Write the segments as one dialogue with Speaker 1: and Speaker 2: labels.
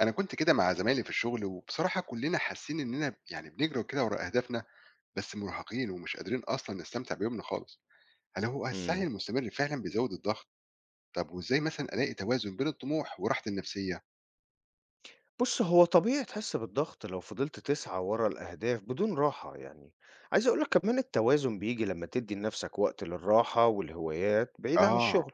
Speaker 1: أنا كنت كده مع زمايلي في الشغل، وبصراحة كلنا حاسين إننا يعني بنجري كده ورا أهدافنا، بس مرهقين ومش قادرين أصلا نستمتع بيومنا خالص. هل هو السعي
Speaker 2: إمم.
Speaker 1: المستمر فعلا بيزود الضغط؟ طب وإزاي مثلا ألاقي توازن بين الطموح وراحتي النفسية؟
Speaker 2: بُص، هو طبيعي تحس بالضغط لو فضلت تسعى ورا الأهداف بدون راحة يعني. عايز أقول لك كمان التوازن بييجي لمّا تدّي لنفسك وقت للراحة والهوايات بعيد عن
Speaker 1: آه.
Speaker 2: الشغل.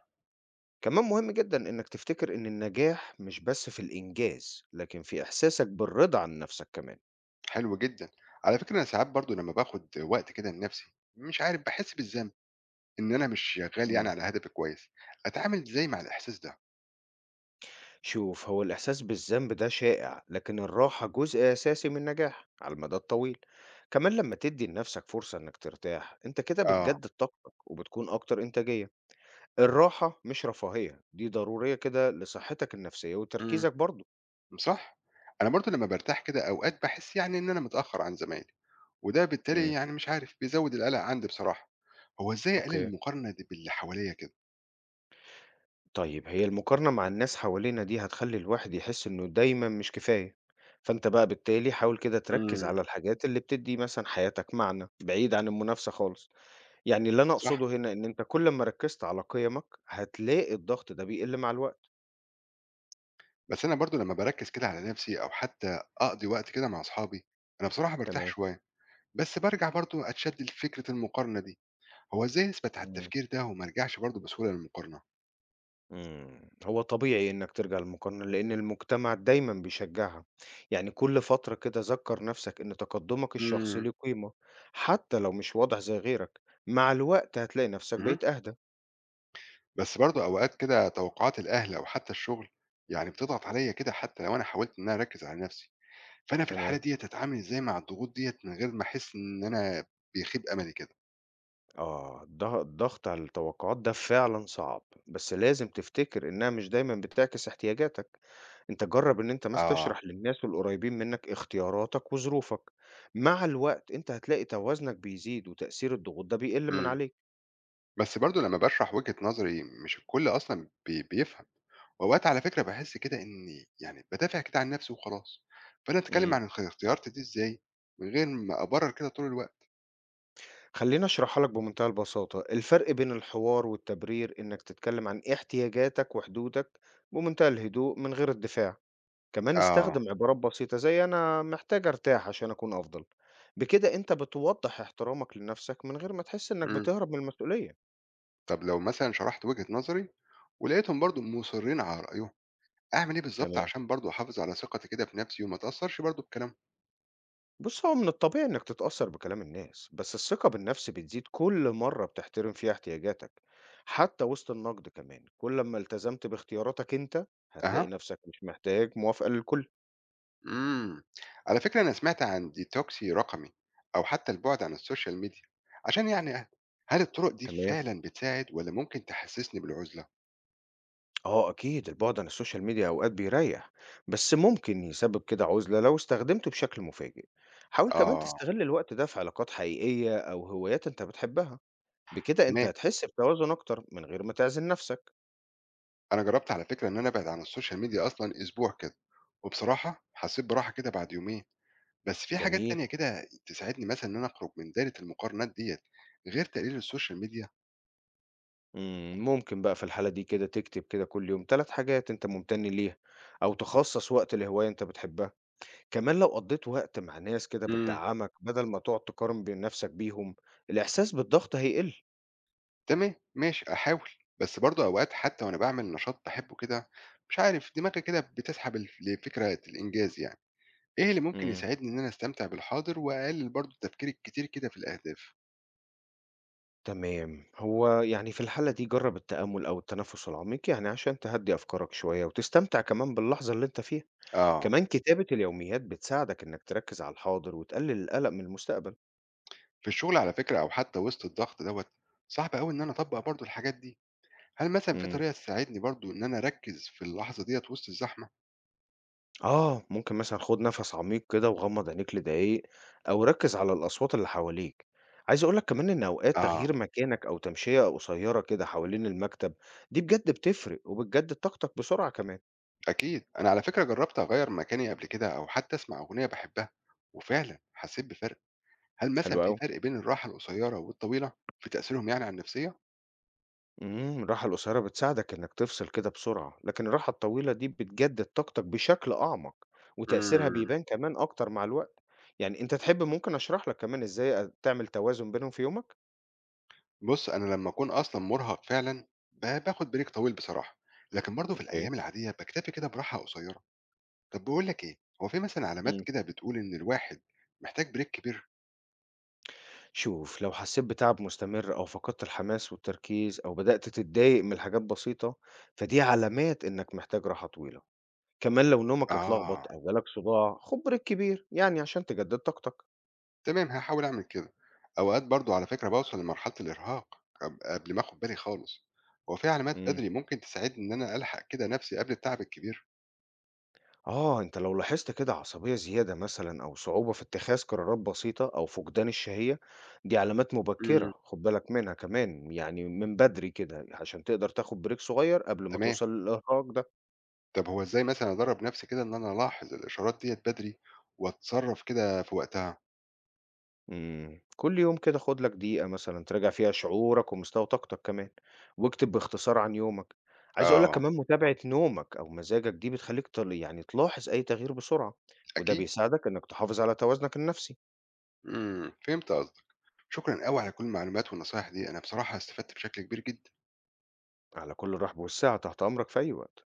Speaker 2: كمان مهم جدًا إنك تفتكر إن النجاح مش بس في الإنجاز، لكن في إحساسك بالرضا عن نفسك كمان.
Speaker 1: حلو جدا. على فكرة أنا ساعات برضو لما باخد وقت كده لنفسي مش عارف بحس بالذنب إن أنا مش شغال يعني
Speaker 2: إمم.
Speaker 1: على هدفي كويس. أتعامل إزاي مع الإحساس ده؟
Speaker 2: شوف، هو الإحساس بالذنب ده شائع، لكن الراحة جزء أساسي من النجاح على المدى الطويل. كمان لمّا تدّي لنفسك فرصة إنك ترتاح، أنت كده
Speaker 1: آه.
Speaker 2: بتجدد طاقتك وبتكون أكتر إنتاجية. الراحة مش رفاهية، دي ضرورية كده لصحتك النفسية
Speaker 1: امم.
Speaker 2: وتركيزك برضه.
Speaker 1: صح. أنا برضو لما برتاح كده أوقات بحس يعني إن أنا متأخر عن زمايلي، وده بالتالي
Speaker 2: إمم،
Speaker 1: يعني مش عارف بيزود القلق عندي بصراحة. هو إزاي أقلل
Speaker 2: أوكي.
Speaker 1: المقارنة دي باللي حواليّا كده؟
Speaker 2: طيب هي المقارنة مع الناس حوالينا دي هتخلّي الواحد يحس إنه دايمًا مش كفاية، فأنت بقى بالتالي حاول كده تركّز
Speaker 1: إمم.
Speaker 2: على الحاجات اللي بتدّي مثلًا حياتك معنى، بعيد عن المنافسة خالص. يعني اللي أنا
Speaker 1: صح،
Speaker 2: أقصده هنا إن أنت كل أمّا ركّزت على قيمك، هتلاقي الضغط ده بيقل مع الوقت.
Speaker 1: بس أنا برضه لمّا باركّز كده على نفسي أو حتى أقضي وقت كده مع أصحابي، أنا بصراحة بارتاح
Speaker 2: تمام،
Speaker 1: شوية، بس بارجع برضه أتشد لفكرة المقارنة دي. هو إزاي أثبت على
Speaker 2: إمم.
Speaker 1: التفكير ده وما أرجعش برضه بسهولة للمقارنة؟
Speaker 2: إمم، هو طبيعي إنك ترجع للمقارنة، لإن المجتمع دايمًا بيشجعها، يعني كل فترة كده ذكّر نفْسك إن تقدُّمك الشخصي
Speaker 1: إمم.
Speaker 2: ليه قيمة، حتى لو مش واضح زي غيرك، مع الوقت هتلاقي نفْسك
Speaker 1: اهم.
Speaker 2: بقيت أهدى.
Speaker 1: بس برضه أوقات كده توقعات الأهل أو حتى الشغل يعني بتضغط عليّا كده حتى لو أنا حاولت إن أنا أركّز على نفسي. فأنا في الحالة
Speaker 2: تمام،
Speaker 1: ديّة أتعامل إزاي مع الضغوط ديّة من غير ما أحس إن أنا بيخيب أملي كده؟
Speaker 2: آه، الضغط على التوقعات ده فعلًا صعب، بس لازم تفتكر إنها مش دايمًا بتعكس احتياجاتك، أنت جرّب إن أنت مثلًا
Speaker 1: آه.
Speaker 2: تشرح للناس والقريبين منك اختياراتك وظروفك، مع الوقت أنت هتلاقي توازنك بيزيد وتأثير الضغوط ده بيقل من
Speaker 1: إمم.
Speaker 2: عليك.
Speaker 1: بس برضه لمّا باشرح وجهة نظري مش الكل أصلًا بيفهم، وأوقات على فكرة باحس كده إني يعني بادافع كده عن نفسي وخلاص، فأنا أتكلم
Speaker 2: إمم.
Speaker 1: عن اختياراتي دي إزاي من غير ما أبرر كده طول الوقت؟
Speaker 2: خلّيني أشرحها لك بمنتهى البساطة، الفرق بين الحوار والتبرير إنك تتكلم عن احتياجاتك وحدودك بمنتهى الهدوء من غير الدفاع، كمان
Speaker 1: آه.
Speaker 2: استخدم عبارات بسيطة زي أنا محتاج أرتاح عشان أكون أفضل، بكده أنت بتوضّح احترامك لنفسك من غير ما تحس إنك
Speaker 1: إمم.
Speaker 2: بتهرب من المسؤولية.
Speaker 1: طب لو مثلًا شرحت وجهة نظري ولقيتهم برضه مُصرّين على رأيهم، أعمل إيه بالضبط
Speaker 2: تمام،
Speaker 1: عشان برضه أحافظ على ثقتي كده في نفسي وما أتأثّرش برضه بكلامهم؟
Speaker 2: بُص هو من الطبيعي إنك تتأثر بكلام الناس، بس الثقة بالنفس بتزيد كل مرة بتحترم فيها احتياجاتك، حتى وسط النقد كمان، كل أمّا التزمت باختياراتك أنت هتلاقي
Speaker 1: أها.
Speaker 2: نفسك مش محتاج موافقة للكل.
Speaker 1: امم. على فكرة أنا سمعت عن ديتوكسي رقمي أو حتى البعد عن السوشيال ميديا عشان يعني أهدى. هل الطرق دي
Speaker 2: تمام.
Speaker 1: فعلا بتساعد ولا ممكن تحسسني بالعزلة؟
Speaker 2: آه أكيد، البُعد عن الSocial media أوقات بيريّح، بس ممكن يسبب كده عُزلة لو استخدمته بشكل مفاجئ. حاول كمان
Speaker 1: آه.
Speaker 2: تستغل الوقت ده في علاقات حقيقية أو هوايات أنت بتحبها، بكده أنت
Speaker 1: تمام.
Speaker 2: هتحس بتوازن أكتر من غير ما تعزل نفسك.
Speaker 1: أنا جربت على فكرة إن أنا أبعد عن السوشيال ميديا أصلا أسبوع كده، وبصراحة حسيت براحة كده بعد يومين. بس في حاجات
Speaker 2: جميل.
Speaker 1: تانية كده تساعدني مثلا إن أنا أخرج من دايرة المقارنات ديت غير تقليل السوشيال ميديا؟
Speaker 2: إمم، ممكن بقى في الحالة دي كده تكتب كده كل يوم 3 حاجات أنت ممتن ليها، أو تخصص وقت لهواية أنت بتحبها. كمان لو قضيت وقت مع ناس كده بتدعمك بدل ما تقعد تقارن بين نفسك بيهم، الإحساس بالضغط هيقل.
Speaker 1: تمام، ماشي أحاول، بس برضه أوقات حتى وأنا باعمل نشاط باحبه كده، مش عارف دماغي كده بتسحب الف لفكرة الإنجاز يعني. إيه اللي ممكن
Speaker 2: إمم.
Speaker 1: يساعدني إن أنا أستمتع بالحاضر وأقلل برضه التفكير الكتير كده في الأهداف؟
Speaker 2: تمام. هو يعني في الحالة دي جرّب التأمُّل أو التنفُّس العميق، يعني عشان تهدّي أفكارك شوية وتستمتع كمان باللحظة اللي أنت فيها.
Speaker 1: آه.
Speaker 2: كمان كتابة اليوميات بتساعدك إنّك تركّز على الحاضر وتقلِّل القلق من المستقبل.
Speaker 1: في الشغل على فكرة أو حتى وسط الضغط دوّة، صعب أوي إن أنا أطبّق برضه الحاجات دي. هل مثلًا في
Speaker 2: إمم.
Speaker 1: طريقة تساعدني برضه إن أنا أركّز في اللحظة ديّة وسط الزحمة؟
Speaker 2: آه، ممكن مثلًا خُد نَفَس عميق كده وغمّض عينيك لدقايق أو ركّز على الأصوات اللي حواليك. عايز أقول لك كمان إن أوقات
Speaker 1: آه.
Speaker 2: تغيير مكانك أو تمشية قصيّرة كده حوالين المكتب، دي بجد بتفرق وبتجدِّد طاقتك بسرعة كمان.
Speaker 1: أكيد، أنا على فكرة جرّبت أغيّر مكاني قبل كده أو حتى أسمع أغنية باحبها، وفعلًا حسيت بفرق. هل مثلًا
Speaker 2: حلو
Speaker 1: في
Speaker 2: أوي.
Speaker 1: فرق بين الراحة القصيّرة والطويلة في تأثيرهم يعني على النفسية؟
Speaker 2: إمم، الراحة القصيرة بتساعدك إنك تفصل كده بسرعة، لكن الراحة الطويلة دي بتجدد طاقتك بشكل أعمق، وتأثيرها
Speaker 1: إمم.
Speaker 2: بيبان كمان أكتر مع الوقت، يعني أنت تحب ممكن أشرح لك كمان إزاي تعمل توازن بينهم في يومك؟
Speaker 1: بُص، أنا لمّا أكون أصلًا مرهق فعلًا باخد break طويل بصراحة، لكن برضه في
Speaker 2: اوكي.
Speaker 1: الأيام العادية باكتفي كده براحة قصيّرة. طَب باقول لك إيه، هو في مثلًا علامات
Speaker 2: إمم،
Speaker 1: كده بتقول إن الواحد محتاج break كبير؟
Speaker 2: شوف لو حسيت بتعب مستمر أو فقدت الحماس والتركيز أو بدأت تتضايق من حاجات بسيطة، فدي علامات إنك محتاج راحة طويلة، كمان لو نومك
Speaker 1: آه.
Speaker 2: اتلخبط أو جالك صداع خد بريك كبير يعني عشان تجدد طاقتك.
Speaker 1: تمام، هاحاول أعمل كده. أوقات برضه على فكرة باوصل لمرحلة الإرهاق قبل ما آخد بالي خالص. هو في علامات
Speaker 2: إمم.
Speaker 1: بدري ممكن تساعدني إن أنا ألحق كده نفسي قبل التعب الكبير؟
Speaker 2: آه، أنت لو لاحظت كده عصبية زيادة مثلًا أو صعوبة في اتخاذ قرارات بسيطة أو فقدان الشهية، دي علامات
Speaker 1: إمم.
Speaker 2: مبكرة، خُد بالك منها كمان، يعني من بدري كده عشان تقدر تاخد بريك صغير قبل ما
Speaker 1: تمام.
Speaker 2: توصل للإرهاق ده.
Speaker 1: طب هو إزاي مثلًا أدرّب نَفْسي كده إن أنا ألاحظ الإشارات ديّة بدري وأتصرّف كده في وقتها؟
Speaker 2: إمم، كل يوم كده خُد لك دقيقة مثلًا تراجع فيها شعورك ومستوى طاقتك كمان، واكتب باختصار عن يومك. عايز أقول لك
Speaker 1: آه.
Speaker 2: كمان متابعة نومك أو مزاجك دي بتخليك يعني تلاحظ أي تغيير بسرعة، وده
Speaker 1: أكيد.
Speaker 2: بيساعدك إنك تحافظ على توازنك النفسي.
Speaker 1: إمم، فهمت قصدك. شكرًا أوي على كل المعلومات والنصايح دي، أنا بصراحة استفدت بشكل كبير جدًا.
Speaker 2: على كل الرحب والسعة، تحت أمرك في أي وقت.